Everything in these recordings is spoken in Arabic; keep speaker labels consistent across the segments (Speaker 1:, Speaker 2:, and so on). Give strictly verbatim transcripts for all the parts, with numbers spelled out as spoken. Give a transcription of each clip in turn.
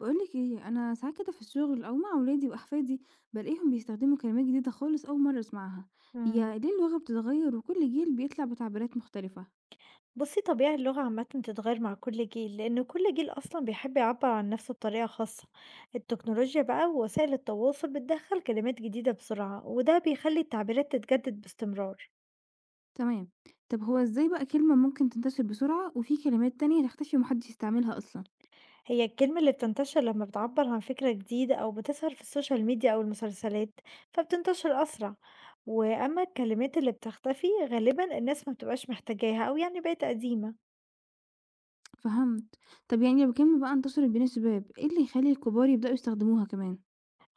Speaker 1: بقولك ايه، انا ساعات كده في الشغل او مع اولادي واحفادي بلاقيهم بيستخدموا كلمات جديده خالص اول مره اسمعها.
Speaker 2: إمم.
Speaker 1: هي ليه اللغه بتتغير وكل جيل بيطلع بتعبيرات مختلفه؟
Speaker 2: بُصّي طبيعي اللغة عامةً تتغيّر مع كل جيل، لإن كل جيل أصلًا بيحب يعبّر عن نَفْسه بطريقة خاصة. التكنولوجيا بقى ووسائل التواصل بتدخّل كلمات جديدة بسرعة، وده بيخلّي التعبيرات تتجدد باستمرار.
Speaker 1: تمام. طب هو ازاي بقى كلمه ممكن تنتشر بسرعه وفي كلمات تانية تختفي ومحدش يستعملها اصلا؟
Speaker 2: هي الكلمة اللي بتنتشر لمّا بتعبّر عن فكرة جديدة أو بتظهر في السوشيال ميديا أو المسلسلات، فبتنتشر أسرع. وأمّا الكلمات اللي بتختفي غالبًا الناس ما بتبقاش محتاجاها أو يعني بقت قديمة.
Speaker 1: فهمت. طب يعني لو كلمه بقى انتشرت بين الشباب، ايه اللي يخلي الكبار يبداوا يستخدموها كمان؟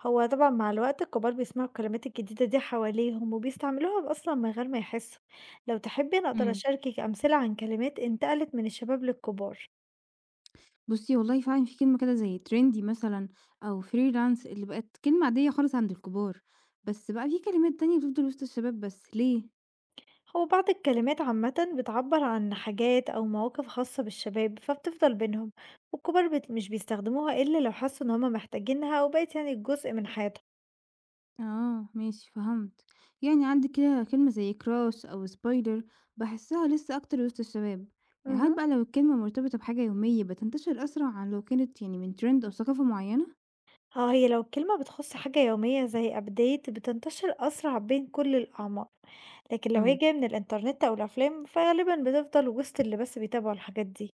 Speaker 2: هو طبعًا مع الوقت الكبار بيسمعوا الكلمات الجديدة دي حواليهم، وبيستعملوها أصلًا من غير ما يحسوا، لو تحبي أنا أقدر
Speaker 1: امم
Speaker 2: أشاركِك أمثلة عن كلمات انتقلت من الشباب للكبار،
Speaker 1: بصي والله فعلا في كلمة كده زي ترندي مثلا، أو فريلانس اللي بقت كلمة عادية خالص عند الكبار، بس بقى في كلمات تانية بتفضل وسط الشباب بس، ليه؟
Speaker 2: هو بعض الكلمات عامةً بتعبر عن حاجات أو مواقف خاصة بالشباب فبتفضل بينهم، والكبار بت مش بيستخدموها إلا لو حسوا إن هُم محتاجينها أو بقت يعني جزء من حياتهم.
Speaker 1: اه ماشي، فهمت. يعني عندك كده كلمة زي كراش أو سبايدر بحسها لسه أكتر وسط الشباب. يعني هل
Speaker 2: اهم.
Speaker 1: بقى لو الكلمة مرتبطة بحاجة يومية بتنتشر أسرع عن لو كانت يعني من ترند أو ثقافة معينة؟
Speaker 2: آه، هي لو الكلمة بتخص حاجة يومية زي update بتنتشر أسرع بين كل الأعمار، لكن لو هي
Speaker 1: امم
Speaker 2: جاية من الإنترنت أو الأفلام فغالبا بتفضل وسط اللي بس بيتابعوا الحاجات دي.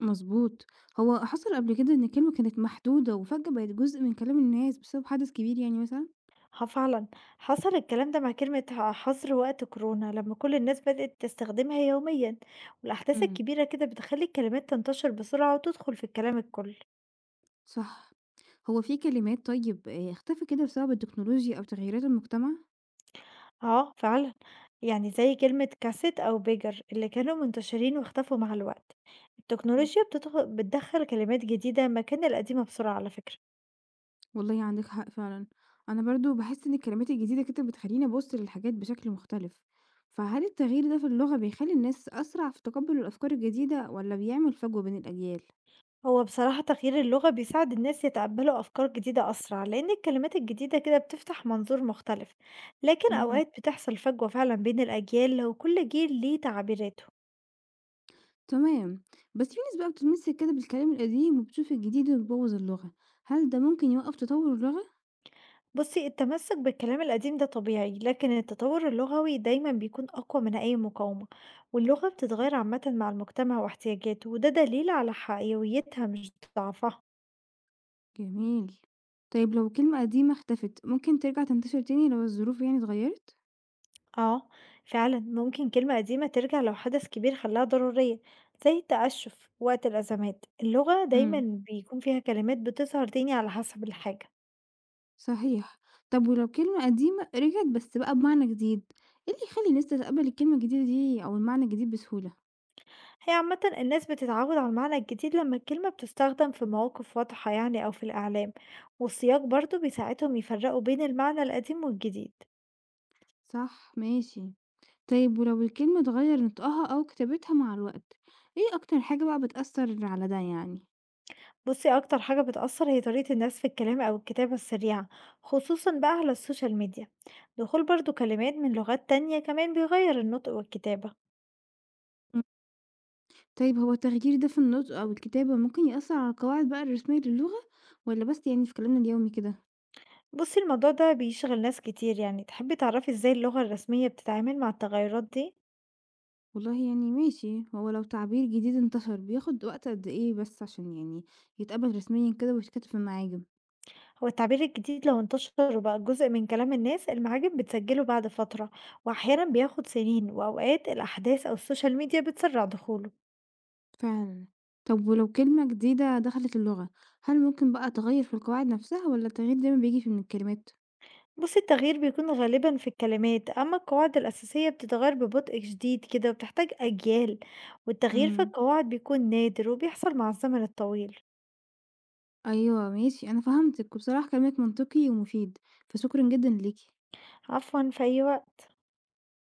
Speaker 1: مظبوط. هو حصل قبل كده إن الكلمة كانت محدودة وفجأة بقت جزء من كلام الناس بسبب حدث كبير يعني مثلا؟
Speaker 2: ها فعلا حصل الكلام ده مع كلمة ح- حظر وقت كورونا لما كل الناس بدأت تستخدمها يوميا، والأحداث
Speaker 1: امم
Speaker 2: الكبيرة كده بتخلي الكلمات تنتشر بسرعة وتدخل في الكلام الكل.
Speaker 1: صح. هو في كلمات طيب آه، اختفى كده بسبب التكنولوجيا أو تغييرات المجتمع؟
Speaker 2: آه فعلًا، يعني زي كلمة كاسيت أو بيجر اللي كانوا منتشرين واختفوا مع الوقت، التكنولوجيا بتدخ بتدخّل كلمات جديدة مكان القديمة بسرعة على فكرة،
Speaker 1: والله عندك حق فعلًا. أنا برضه باحس إن الكلمات الجديدة كده بتخلّيني أبُص للحاجات بشكل مختلف. فهل التغيير ده في اللغة بيخلّي الناس أسرع في تقبُّل الأفكار الجديدة والّا بيعمل فجوة بين الأجيال؟
Speaker 2: هو بصراحة تغيير اللغة بيساعد الناس يتقبلوا أفكار جديدة أسرع، لأن الكلمات الجديدة كده بتفتح منظور مختلف، لكن
Speaker 1: اهم.
Speaker 2: أوقات بتحصل فجوة فعلًا بين الأجيال وكل جيل ليه تعبيراته.
Speaker 1: تمام. بس في ناس بقى بتتمسك كده بالكلام القديم وبتشوف الجديد وبيبوّظ اللغة. هل ده ممكن يوقّف تطوُّر اللغة؟
Speaker 2: بُصّي، التمسّك بالكلام القديم ده طبيعي، لكن التطوّر اللغوي دايمًا بيكون أقوى من أي مقاومة، واللغة بتتغيّر عامةً مع المجتمع واحتياجاته، وده دليل على حيويتها مش ضعفها.
Speaker 1: جميل. طيب لو كلمة قديمة اختفت، ممكن ترجع تنتشر تاني لو الظروف يعني اتغيّرت؟
Speaker 2: آه، فعلًا ممكن كلمة قديمة ترجع لو حدث كبير خلاها ضرورية، زي التقشُّف وقت الأزمات، اللغة دايمًا
Speaker 1: إمم.
Speaker 2: بيكون فيها كلمات بتظهر تاني على حسب الحاجة.
Speaker 1: صحيح. طب ولو كلمة قديمة رجعت بس بقى بمعنى جديد، إيه اللي يخلّي الناس تتقبّل الكلمة الجديدة دي أو المعنى الجديد بسهولة؟
Speaker 2: هي عامة الناس بتتعود على المعنى الجديد لما الكلمة بتستخدم في مواقف واضحة يعني أو في الإعلام، والسياق برضو بيساعدهم يفرقوا بين المعنى القديم والجديد.
Speaker 1: صح، ماشي. طيب ولو الكلمة اتغيّر نطقها أو كتابتها مع الوقت، إيه أكتر حاجة بقى بتأثّر على ده يعني؟
Speaker 2: بصي أكتر حاجة بتأثر هي طريقة الناس في الكلام أو الكتابة السريعة، خصوصا بقى على السوشيال ميديا. دخول برضو كلمات من لغات تانية كمان بيغير النطق والكتابة.
Speaker 1: إمم. طيب هو التغيير ده في النطق أو الكتابة ممكن يأثّر على القواعد بقى الرسمية للغة والّا بس يعني في كلامنا اليومي كده؟
Speaker 2: بصي الموضوع ده بيشغل ناس كتير، يعني تحبي تعرفي ازاي اللغة الرسمية بتتعامل مع التغيرات دي؟
Speaker 1: والله يعني ماشي، هو لو تعبير جديد انتشر بياخد وقت قد إيه بس عشان يعني يتقبل رسميًا كده ويتكتب في المعاجم؟
Speaker 2: هو التعبير الجديد لو انتشر وبقى جزء من كلام الناس المعاجم بتسجله بعد فترة، وأحيانا بياخد سنين وأوقات الأحداث أو السوشيال ميديا بتسرع دخوله.
Speaker 1: فعلًا. طب ولو كلمة جديدة دخلت اللغة، هل ممكن بقى تغيّر في القواعد نفسها والّا التغيير دايمًا بييجي في من الكلمات؟
Speaker 2: بص التغيير بيكون غالبا في الكلمات، أما القواعد الأساسية بتتغير ببطء شديد كده وبتحتاج أجيال، والتغيير في
Speaker 1: إمم.
Speaker 2: القواعد بيكون نادر وبيحصل مع الزمن الطويل.
Speaker 1: أيوه ماشي، أنا فهمتِك، وبصراحة كلامِك منطقي ومفيد، فشكرًا جدًا ليكِ.
Speaker 2: عفوا، في أي وقت.